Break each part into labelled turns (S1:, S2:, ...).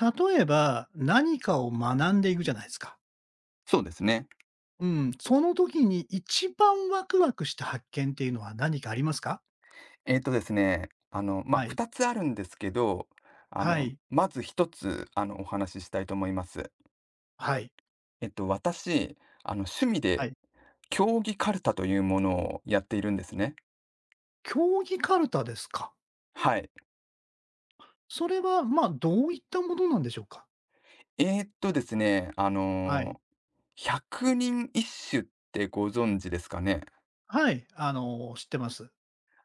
S1: 例えば、何かを学んでいくじゃないですか。
S2: そうですね。
S1: うん、その時に一番ワクワクした発見っていうのは何かありますか？
S2: ま、あ
S1: はい。
S2: 2つあるんですけど、
S1: はい。
S2: まず一つ、お話ししたいと思います。
S1: はい。
S2: 私、趣味
S1: は
S2: で
S1: い。
S2: 競技カルタというものをやっているんですね。
S1: 競技カルタですか。
S2: はい。
S1: それは、どういったものなんでしょうか？
S2: ですね、あ
S1: は
S2: の
S1: い。
S2: ー、百人一首ってご存知ですかね？
S1: はい、知ってます。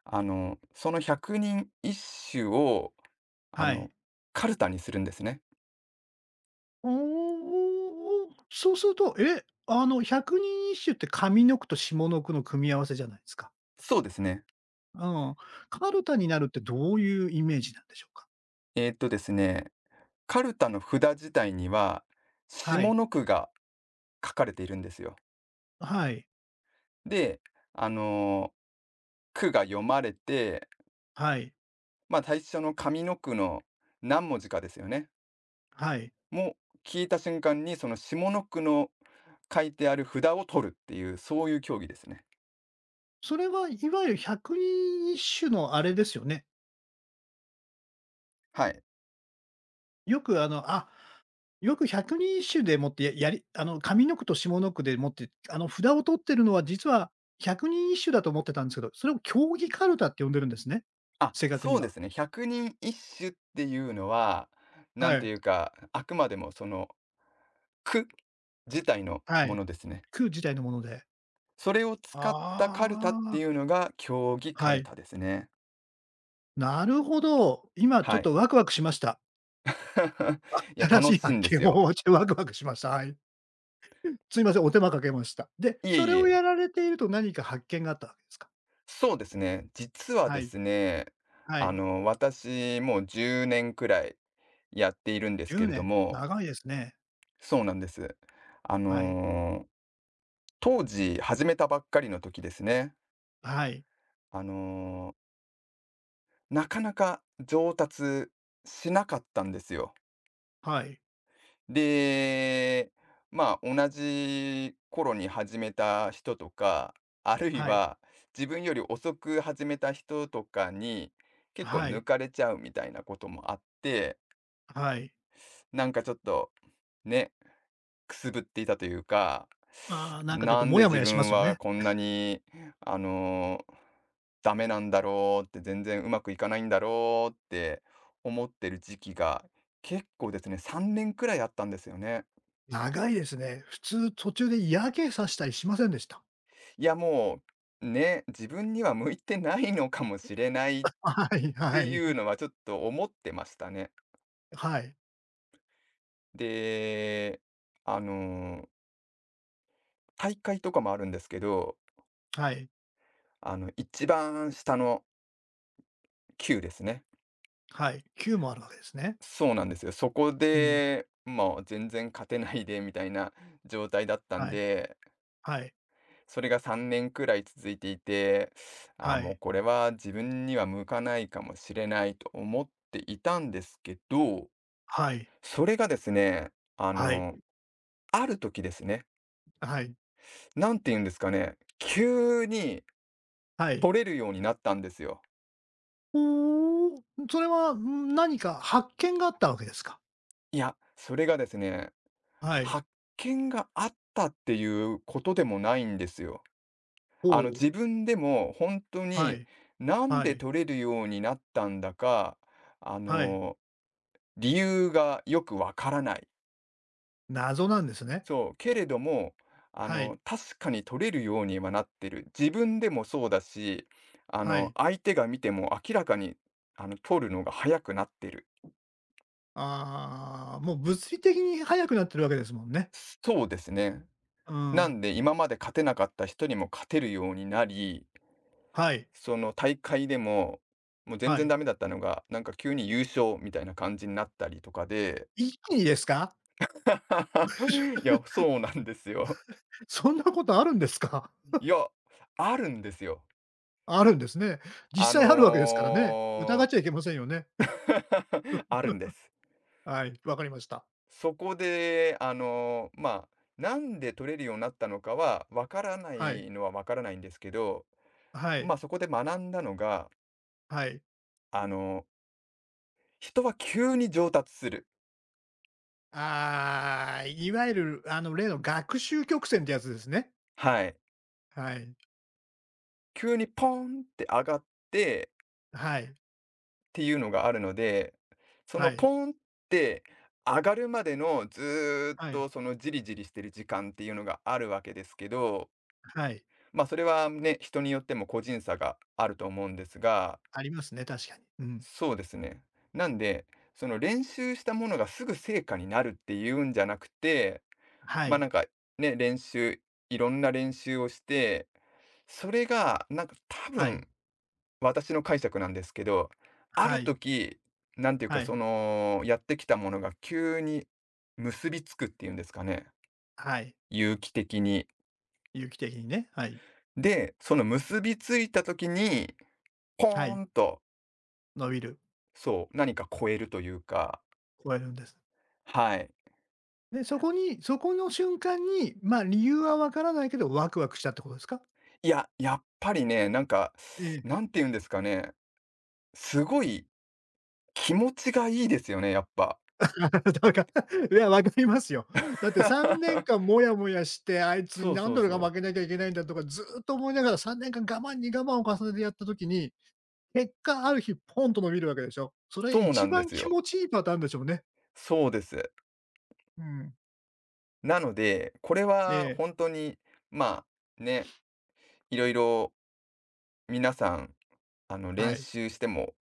S2: その百人一首を、あ
S1: はい。
S2: の、カルタにするんですね。
S1: おお、そうすると、え、あの、百人一首って上の句と下の句の組み合わせじゃないですか。
S2: そうですね。
S1: うん。カルタになるってどういうイメージなんでしょうか？
S2: えーっとですねカルタの札自体には、
S1: は
S2: 下
S1: い。
S2: の句が書かれているんですよ。
S1: はい。
S2: で、あの、句が読まれて、
S1: はい。
S2: まあ、最初の上の句の何文字かですよね。
S1: はい。
S2: もう聞いた瞬間に、その下の句の書いてある札を取るっていう、そういう競技ですね。
S1: それはいわゆる百人一首のあれですよね。
S2: はい。
S1: よくあの、あ、よく百人一首でもって、ややりあの、上の句と下の句でもって、札を取ってるのは実は百人一首だと思ってたんですけど、それを競技かるたって呼んでるんですね。
S2: あ、
S1: 正確に
S2: そうで
S1: は。
S2: すね。百人一首っていうのは、な
S1: は
S2: んて
S1: い。
S2: いうか、あくまでもその句自体の
S1: は
S2: も
S1: い。
S2: のですね。
S1: 句自体のもので。
S2: それを使った
S1: あ
S2: カルタっていう
S1: あ、
S2: のが競技カ
S1: は
S2: ル
S1: い。
S2: タですね。
S1: なるほど。今ちょ
S2: は
S1: っと
S2: い。
S1: ワクワクしました。
S2: いや、
S1: 新
S2: 楽
S1: しい
S2: しい
S1: 発
S2: んで
S1: 見
S2: すよ。
S1: を してワクワクしました。はい。すいません、お手間かけました。で、
S2: いえ
S1: それ
S2: い
S1: を
S2: え。
S1: やられていると何か発見があったわけですか？
S2: そうですね。実は
S1: は
S2: で
S1: い、
S2: すね、
S1: はい。
S2: 私もう10年くらいやっているんですけ
S1: 10
S2: れど
S1: 年、
S2: も、
S1: 長いですね。
S2: そうなんです。あ
S1: はい、
S2: のー当時始めたばっかりの時ですね。
S1: はい、
S2: あのーなかなか上達しなかったんですよ。
S1: はい、
S2: で、まあ、同じ頃に始めた人とか、あるい
S1: はい、
S2: は自分より遅く始めた人とかに、結構
S1: は
S2: 抜
S1: い、
S2: かれちゃうみたいなこともあって、
S1: はい。
S2: なんかちょっと、ね、くすぶっていたというか、
S1: ああ、なんかちょっと
S2: なん
S1: モ
S2: で
S1: ヤモ
S2: 自
S1: ヤしま
S2: 分
S1: すよ
S2: は
S1: ね。
S2: こんなに、あの、ダメなんだろうって、全然うまくいかないんだろうって思ってる時期が、結構ですね、3年くらいあったんですよね。
S1: 長いですね。普通途中で嫌気さしたりしませんでした？
S2: いや、もう、ね、自分には向いてないのかもしれないっ
S1: はい
S2: て
S1: は
S2: いう
S1: い。
S2: のはちょっと思ってましたね。
S1: はい、
S2: で、あの、大会とかもあるんですけど、
S1: はい、
S2: 一番下の級ですね。
S1: はい。9もあるわけですね。
S2: そうなんですよ。そこ
S1: うん。
S2: で、まあ、全然勝てないでみたいな状態だったん
S1: はい、
S2: で、
S1: はい、
S2: それが3年くらい続いていて、あ、
S1: は
S2: もう
S1: い、
S2: これは自分には向かないかもしれないと思っていたんですけど、
S1: はい、
S2: それがですね、あ
S1: はい、
S2: の、ある時ですね、
S1: はい、
S2: なんて言うんですかね、急に
S1: はい。
S2: 取れるようになったんですよ。
S1: おお、それは、何か発見があったわけですか？
S2: いや、それがですね、
S1: はい。
S2: 発見があったっていうことでもないんですよ。
S1: おお、
S2: 自分でも本当
S1: は
S2: に
S1: い、
S2: なん
S1: は
S2: で
S1: い、
S2: 取れるようになったんだか、あ
S1: はい。
S2: の、理由がよくわからない。
S1: 謎なんですね。
S2: そう、けれども、
S1: はい、
S2: 確かに取れるようにはなってる。自分でもそうだし、
S1: はい。
S2: 相手が見ても明らかに、取るのが早くなってる。
S1: ああ、もう物理的に速くなってるわけですもんね。
S2: そうですね。
S1: う
S2: な
S1: ん。
S2: んで、今まで勝てなかった人にも勝てるようになり、
S1: はい、
S2: その大会でも、もう全
S1: は
S2: 然
S1: い。
S2: ダメだったのが、なんか急に優勝みたいな感じになったりとかで、
S1: 一気にですか？
S2: いや、そうなんですよ。
S1: そんなことあるんですか？
S2: いや、あるんですよ。
S1: あるんですね。
S2: あ
S1: 実際あるわけですからね。疑っ
S2: の
S1: ちゃいけませんよね。
S2: あるんです。
S1: はい、わかりました。
S2: そこで、まあ、なんで取れるようになったのかは、わからな
S1: はい、
S2: いのはわからないんですけど、
S1: はい、
S2: まあ、そこで学んだのが、
S1: はい。
S2: あの、人は急に上達する。
S1: ああ、いわゆるあの例の学習曲線ってやつですね。
S2: はい。
S1: はい、
S2: 急にポンって上がって
S1: はい、
S2: っていうのがあるので、そ
S1: は
S2: の
S1: い、
S2: ポンって上がるまでのずーっ
S1: はい、
S2: とそのじりじりしてる時間っていうのがあるわけですけど、
S1: はい。
S2: まあそれはね、人によっても個人差があると思うんですが、
S1: ありますね、確かに。うん。
S2: そうですね。なんで、その練習したものがすぐ成果になるっていうんじゃなくて、
S1: は
S2: ま、あ
S1: い。
S2: なんかね、いろんな練習をして、それがなんか多
S1: はい。
S2: 分、私の解釈なんですけど、あ
S1: は
S2: る
S1: い。
S2: 時、なんていうか
S1: は
S2: そ
S1: い。
S2: の、やってきたものが急に結びつくっていうんですかね、
S1: はい。
S2: 有機的に。
S1: 有機的にね。はい。
S2: で、その結びついた時に、ポ
S1: は
S2: ー
S1: い。
S2: ンと、
S1: 伸びる。
S2: そう、何か超えるというか、
S1: 超えるんです。
S2: はい。
S1: で、そこの瞬間に、理由はわからないけど、ワクワクしたってことですか？
S2: いや、やっぱりね、なんか、
S1: ええ。
S2: なんて言うんですかね、すごい気持ちがいいですよね、やっぱ。
S1: だから いや、わかりますよ。だって3年間 モヤモヤして、あいつに
S2: そう
S1: 何
S2: そう
S1: ドル
S2: そ
S1: が負け
S2: う。
S1: なきゃいけないんだとか、ずーっと思いながら3年間我慢に我慢を重ねてやったときに、結果ある日ポンと伸びるわけでしょ。それ
S2: そうな
S1: 一
S2: んで
S1: 番
S2: す
S1: 気
S2: よ。
S1: 持ちいいパターンでしょうね。
S2: そうです。
S1: うん。
S2: なので、これは
S1: で
S2: 本当に、まあ、ね、いろいろ皆さん、
S1: は
S2: 練
S1: い。
S2: 習しても、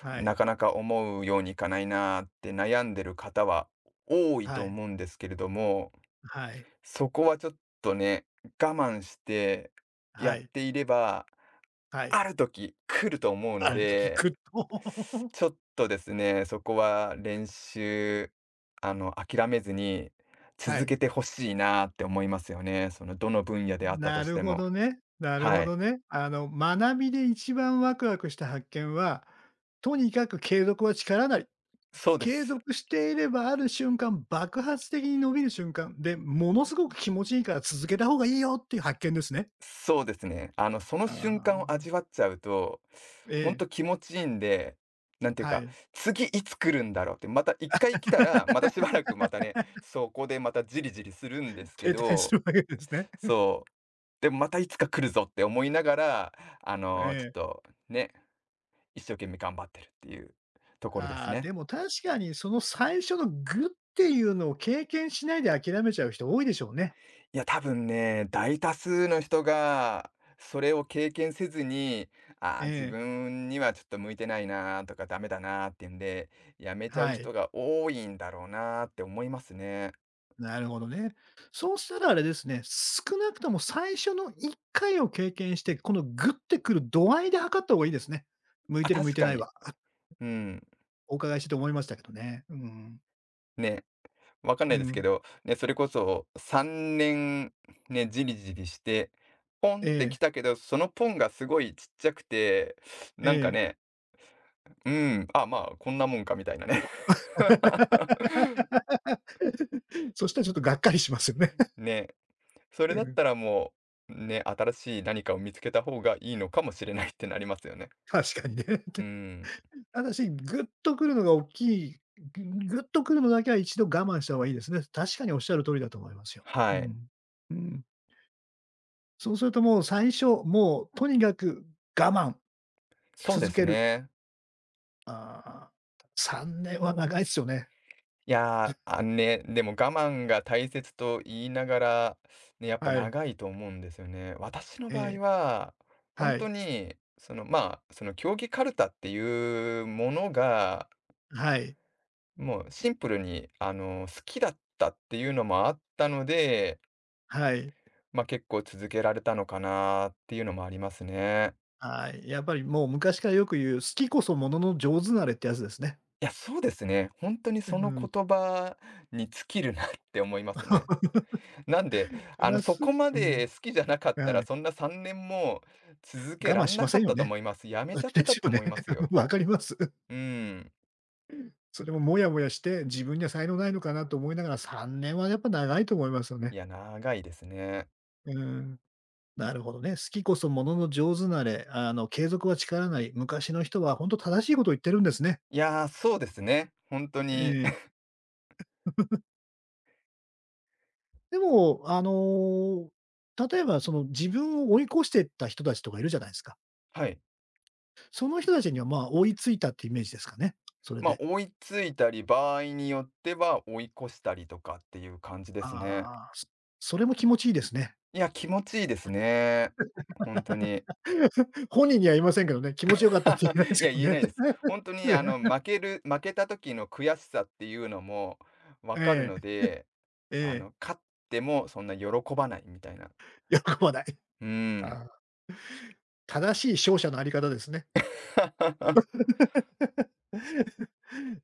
S1: は
S2: な
S1: い。
S2: かなか思うようにいかないなーって悩んでる方は多いと
S1: はい。
S2: 思うんですけれども、
S1: はい。
S2: そこはちょっとね、我慢してや
S1: は
S2: っ
S1: い。
S2: ていれば
S1: はい。
S2: ある時、来ると思うの
S1: ある時
S2: で、
S1: ぐっと。
S2: ちょっとですね、そこは練習、諦めずに
S1: は
S2: 続
S1: い。
S2: けてほしいなって思いますよね。その、どの分野であったと
S1: な
S2: し
S1: る
S2: て
S1: ほ
S2: も。
S1: どね。なるほ
S2: はい。
S1: どね。あの、学びで一番ワクワクした発見は、とにかく継続は力なり。
S2: そうで
S1: 継
S2: す。
S1: 続していればある瞬間、爆発的に伸びる瞬間で、ものすごく気持ちいいから続けた方がいいよっていう発見ですね。
S2: そうですね。その瞬
S1: あ
S2: 間を味わっちゃうと、
S1: え
S2: ほん
S1: え、
S2: と気持ちいいんで、なんていう
S1: は
S2: か、
S1: い。
S2: 次いつ来るんだろうって、また一回来たら、またし ばらくまたね、そこでまたジリジリするんですけ
S1: 停滞す
S2: ど、
S1: るわけですね。
S2: そう。でもまたいつか来るぞって思いながら、
S1: え
S2: ちょっ
S1: え。
S2: とね、一生懸命頑張ってるっていうところです
S1: ああ、
S2: ね。
S1: でも確かにその最初のグっていうのを経験しないで諦めちゃう人多いでしょうね。
S2: いや、多分ね、大多数の人がそれを経験せずに、あー
S1: え
S2: 自
S1: え、
S2: 分にはちょっと向いてないなーとかダメだなーっていうんで、やめちゃう
S1: はい。
S2: 人が多いんだろうなーって思いますね。
S1: なるほどね。そうしたらあれですね、少なくとも最初の1回を経験して、このグってくる度合いで測った方がいいですね。向い
S2: あ、
S1: てる向い
S2: 確
S1: て
S2: か
S1: ない
S2: に。
S1: は、
S2: うん。
S1: お伺いしてて思いましたけどね。うん。
S2: ね。わかんな
S1: う
S2: いですけ
S1: ん。
S2: ど、ね、それこそ3年じりじりして、ポン
S1: え
S2: って
S1: え、
S2: 来たけど、そのポンがすごいちっちゃくて、
S1: え
S2: なんか
S1: え。
S2: ね、うん、あ、まあ、こんなもんかみたいなね。
S1: そしたらちょっとがっかりしますよね。
S2: ね、それ
S1: う
S2: だっ
S1: ん、
S2: たらもう、ね、新しい何かを見つけた方がいいのかもしれないってなりますよね。
S1: 確かにね。
S2: うん、
S1: ただし、ぐっとくるのが大きい、ぐぐっとくるのだけは一度我慢した方がいいですね。確かにおっしゃる通りだと思いますよ。う
S2: はい、
S1: ん。うん。そうするともう最初、もうとにかく我慢、
S2: そうで
S1: 続
S2: す
S1: ける。
S2: ね。
S1: ああ、3年は長いですよね。
S2: いやー、ね、でも我慢が大切と言いながら、ね、やっぱ
S1: はい。
S2: 長いと思うんですよね。私の
S1: え
S2: 場合
S1: え、
S2: は、本
S1: は
S2: 当
S1: い。
S2: に、まあ、その競技カルタっていうものが、
S1: はい。
S2: もうシンプルに、好きだったっていうのもあったので、
S1: はい。
S2: ま、あ結構続けられたのかなっていうのもありますね。
S1: はい。やっぱりもう昔からよく言う、好きこそものの上手なれってやつですね。
S2: いや、そうですね。本当に
S1: う
S2: その
S1: ん。
S2: 言葉に尽きるなって思いますね。なんで、
S1: プラ
S2: そ
S1: ス
S2: こま
S1: うん、
S2: で好きじゃなかった
S1: は
S2: ら、
S1: い。
S2: そんな3年も続け
S1: 我慢
S2: らん
S1: し
S2: な
S1: ませ
S2: か
S1: ん
S2: っ
S1: よ
S2: たと
S1: ね。
S2: 思います。やめちゃっ て
S1: です
S2: たと
S1: よね。
S2: 思います よ。
S1: わかります。
S2: うん。
S1: それもモヤモヤして、自分には才能ないのかなと思いながら、3年はやっぱ長いと思いますよ
S2: い
S1: ね。
S2: や、長いですね。
S1: うん。なるほどね。好きこそものの上手なれ、継続は力なり。昔の人は本当正しいことを言ってるんですね。
S2: いやー、そうですね。本当
S1: え
S2: に。
S1: え。でも、例えばその自分を追い越してった人たちとかいるじゃないですか。
S2: はい。
S1: その人たちには、まあ、追いついたってイメージですかね、それ
S2: まあ、
S1: で。
S2: 追いついたり、場合によっては追い越したりとかっていう感じですね。
S1: ああ、そそれも気持ちいいですね。
S2: いや、気持ちいいですね。本当 に。
S1: 本人には言いませんけどね、気持ちよかったって言えないで
S2: い
S1: すけ
S2: や、
S1: ど
S2: 言え
S1: ね。
S2: ないです。本当に負けた時の悔しさっていうのもわかる
S1: え
S2: ので、
S1: え、ええ。
S2: 勝ってもそんな喜ばないみたいな。
S1: 喜ばない。
S2: うー
S1: あ
S2: ん。
S1: あ、正しい勝者のあり方ですね。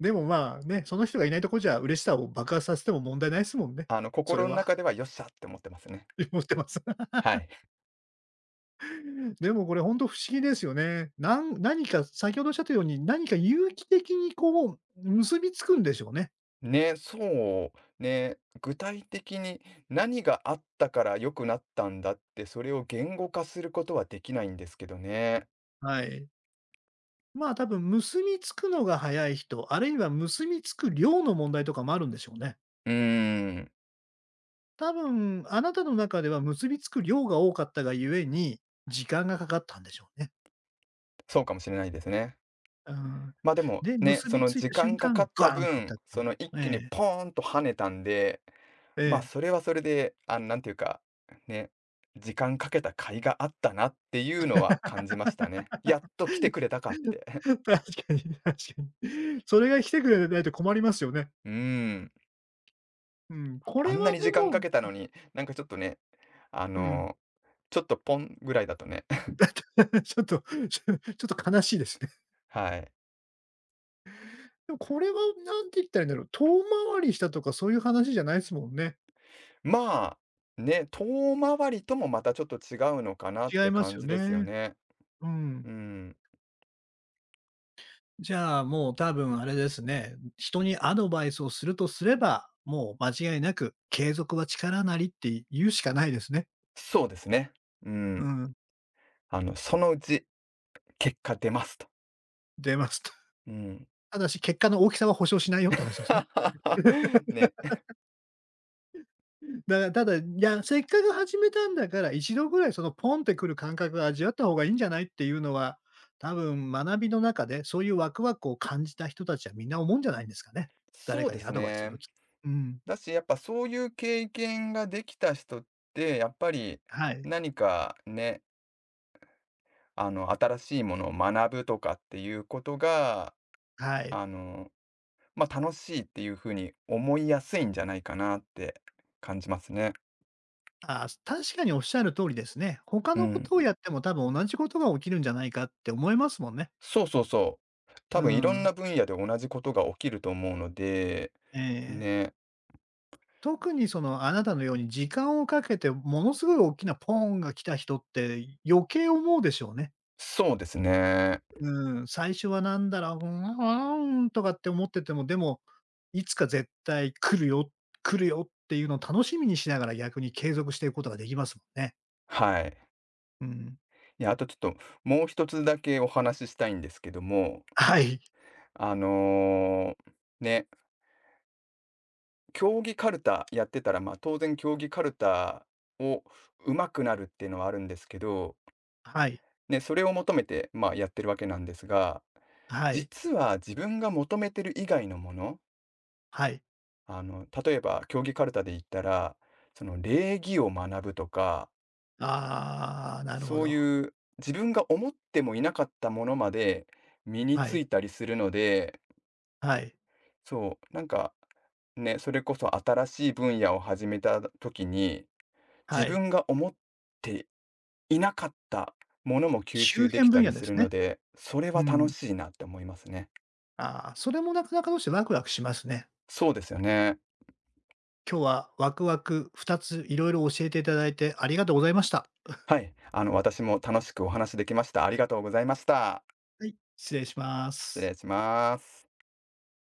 S1: でも、まあ、ね、その人がいないとこじゃ嬉しさを爆発させても問題ないですもんね。それ
S2: 心の
S1: は。
S2: 中ではよっしゃって思ってますね。
S1: 思ってます。
S2: は い。
S1: でもこれ本当不思議ですよね。何か先ほどおっしゃったように、何か有機的にこう、結びつくんでしょうね。
S2: ね、そう、ね、具体的に何があったから良くなったんだって、それを言語化することはできないんですけどね。
S1: はい。まあ、多分結びつくのが早い人、あるいは結びつく量の問題とかもあるんでしょうね。
S2: うーん、
S1: 多分、あなたの中では結びつく量が多かったがゆえに、時間がかかったんでしょうね。
S2: そうかもしれないですね。
S1: うん。
S2: ま、あでも、
S1: で、
S2: ね、
S1: 結
S2: そ
S1: び
S2: の
S1: つい
S2: 時
S1: た瞬
S2: 間かか
S1: 間、
S2: った
S1: ガーンっていった
S2: 分、
S1: ってい
S2: そ
S1: う。
S2: の一
S1: え
S2: 気に
S1: え、
S2: ポーンと跳ねたんで、
S1: え
S2: ま、あそ
S1: え。
S2: れはそれで、なんていうか、ね、時間かけた甲斐があったなっていうのは感じましたね。やっ と来てくれたかって。
S1: 確かに確かに。それが来てくれないと困りますよね。
S2: うーん。
S1: うん。こ
S2: あ
S1: れ
S2: んな
S1: は
S2: に
S1: で
S2: 時間
S1: も
S2: かけたのに、なんかちょっとね、あ
S1: うん。
S2: の、ちょっとポンぐらいだとね、
S1: ちょっと、ちょちょっと悲しいですね。
S2: はい。
S1: でもこれは何て言ったらいいんだろう、遠回りしたとかそういう話じゃないですもんね。
S2: まあ、ね、遠回りともまたちょっと違うのかなっ
S1: 違い
S2: て
S1: ます
S2: 感
S1: よ
S2: じですよ
S1: ね。
S2: ね。
S1: うん。
S2: うん。
S1: じゃあ、もう多分あれですね、人にアドバイスをするとすれば、もう間違いなく継続は力なりって言うしかないですね。
S2: そうですね。う
S1: う
S2: ん。
S1: ん、
S2: そのうち結果出ますと。
S1: 出ますと。
S2: うん。
S1: ただし結果の大きさは保証しないよって話ですね。
S2: ね。
S1: だからただ、いや、せっかく始めたんだから、一度ぐらいそのポンってくる感覚を味わった方がいいんじゃないっていうのは、多分学びの中でそういうワクワクを感じた人たちはみんな思うんじゃないんですかね。誰
S2: そう
S1: か
S2: で
S1: にア
S2: す
S1: ドバイスすると
S2: ね。
S1: き。うん。
S2: だし、やっぱそういう経験ができた人って、やっぱり
S1: はい。
S2: 何かね、新しいものを学ぶとかっていうことが、
S1: はい。
S2: あの、まあ、楽しいっていうふうに思いやすいんじゃないかなって感じますね。
S1: ああ、確かにおっしゃる通りですね。他
S2: う
S1: のこと
S2: ん。
S1: をやっても多分同じことが起きるんじゃないかって思いますもんね。
S2: そうそうそう。
S1: う
S2: 多分いろん
S1: ん。
S2: な分野で同じことが起きると思うので、
S1: ええ。
S2: ね。
S1: 特にそのあなたのように時間をかけてものすごい大きなポーンが来た人って余計思うでしょうね。
S2: そうですね。
S1: うん。最初はなんだろう、うーん、うーんとかって思ってても、でも、いつか絶対来るよ、来るよっていうのを楽しみにしながら逆に継続していくことができますもんね。
S2: はい。
S1: うん。
S2: いや、あとちょっと、もう一つだけお話ししたいんですけども、
S1: はい。
S2: あのーね、競技カルタやってたら、まあ、当然競技カルタを上手くなるっていうのはあるんですけど、
S1: はい。
S2: ね、それを求めて、まあ、やってるわけなんですが、
S1: はい。
S2: 実は自分が求めてる以外のもの、
S1: はい。
S2: 例えば競技カルタで言ったら、その礼儀を学ぶとか、
S1: ああ、なるほ
S2: そう
S1: ど。
S2: いう自分が思ってもいなかったものまで身に
S1: は
S2: つ
S1: い、
S2: いたりするので、
S1: はい、
S2: そう、なんかね、それこそ新しい分野を始めた時に、
S1: は
S2: 自
S1: い。
S2: 分が思っていなかったものも吸
S1: 周
S2: 収で
S1: 辺
S2: き
S1: 分
S2: たり
S1: 野で
S2: す
S1: す
S2: る
S1: ね。
S2: ので、それ
S1: う
S2: は楽
S1: ん。
S2: しいなって思いますね。
S1: ああ、それもなかなかどうしてワクワクしますね。
S2: そうですよね。
S1: 今日はワクワク2ついろいろ教えていただいてありがとうございました。
S2: はい、私も楽しくお話できました。ありがとうございました。
S1: はい、失礼しま
S2: 失
S1: す。
S2: 礼します。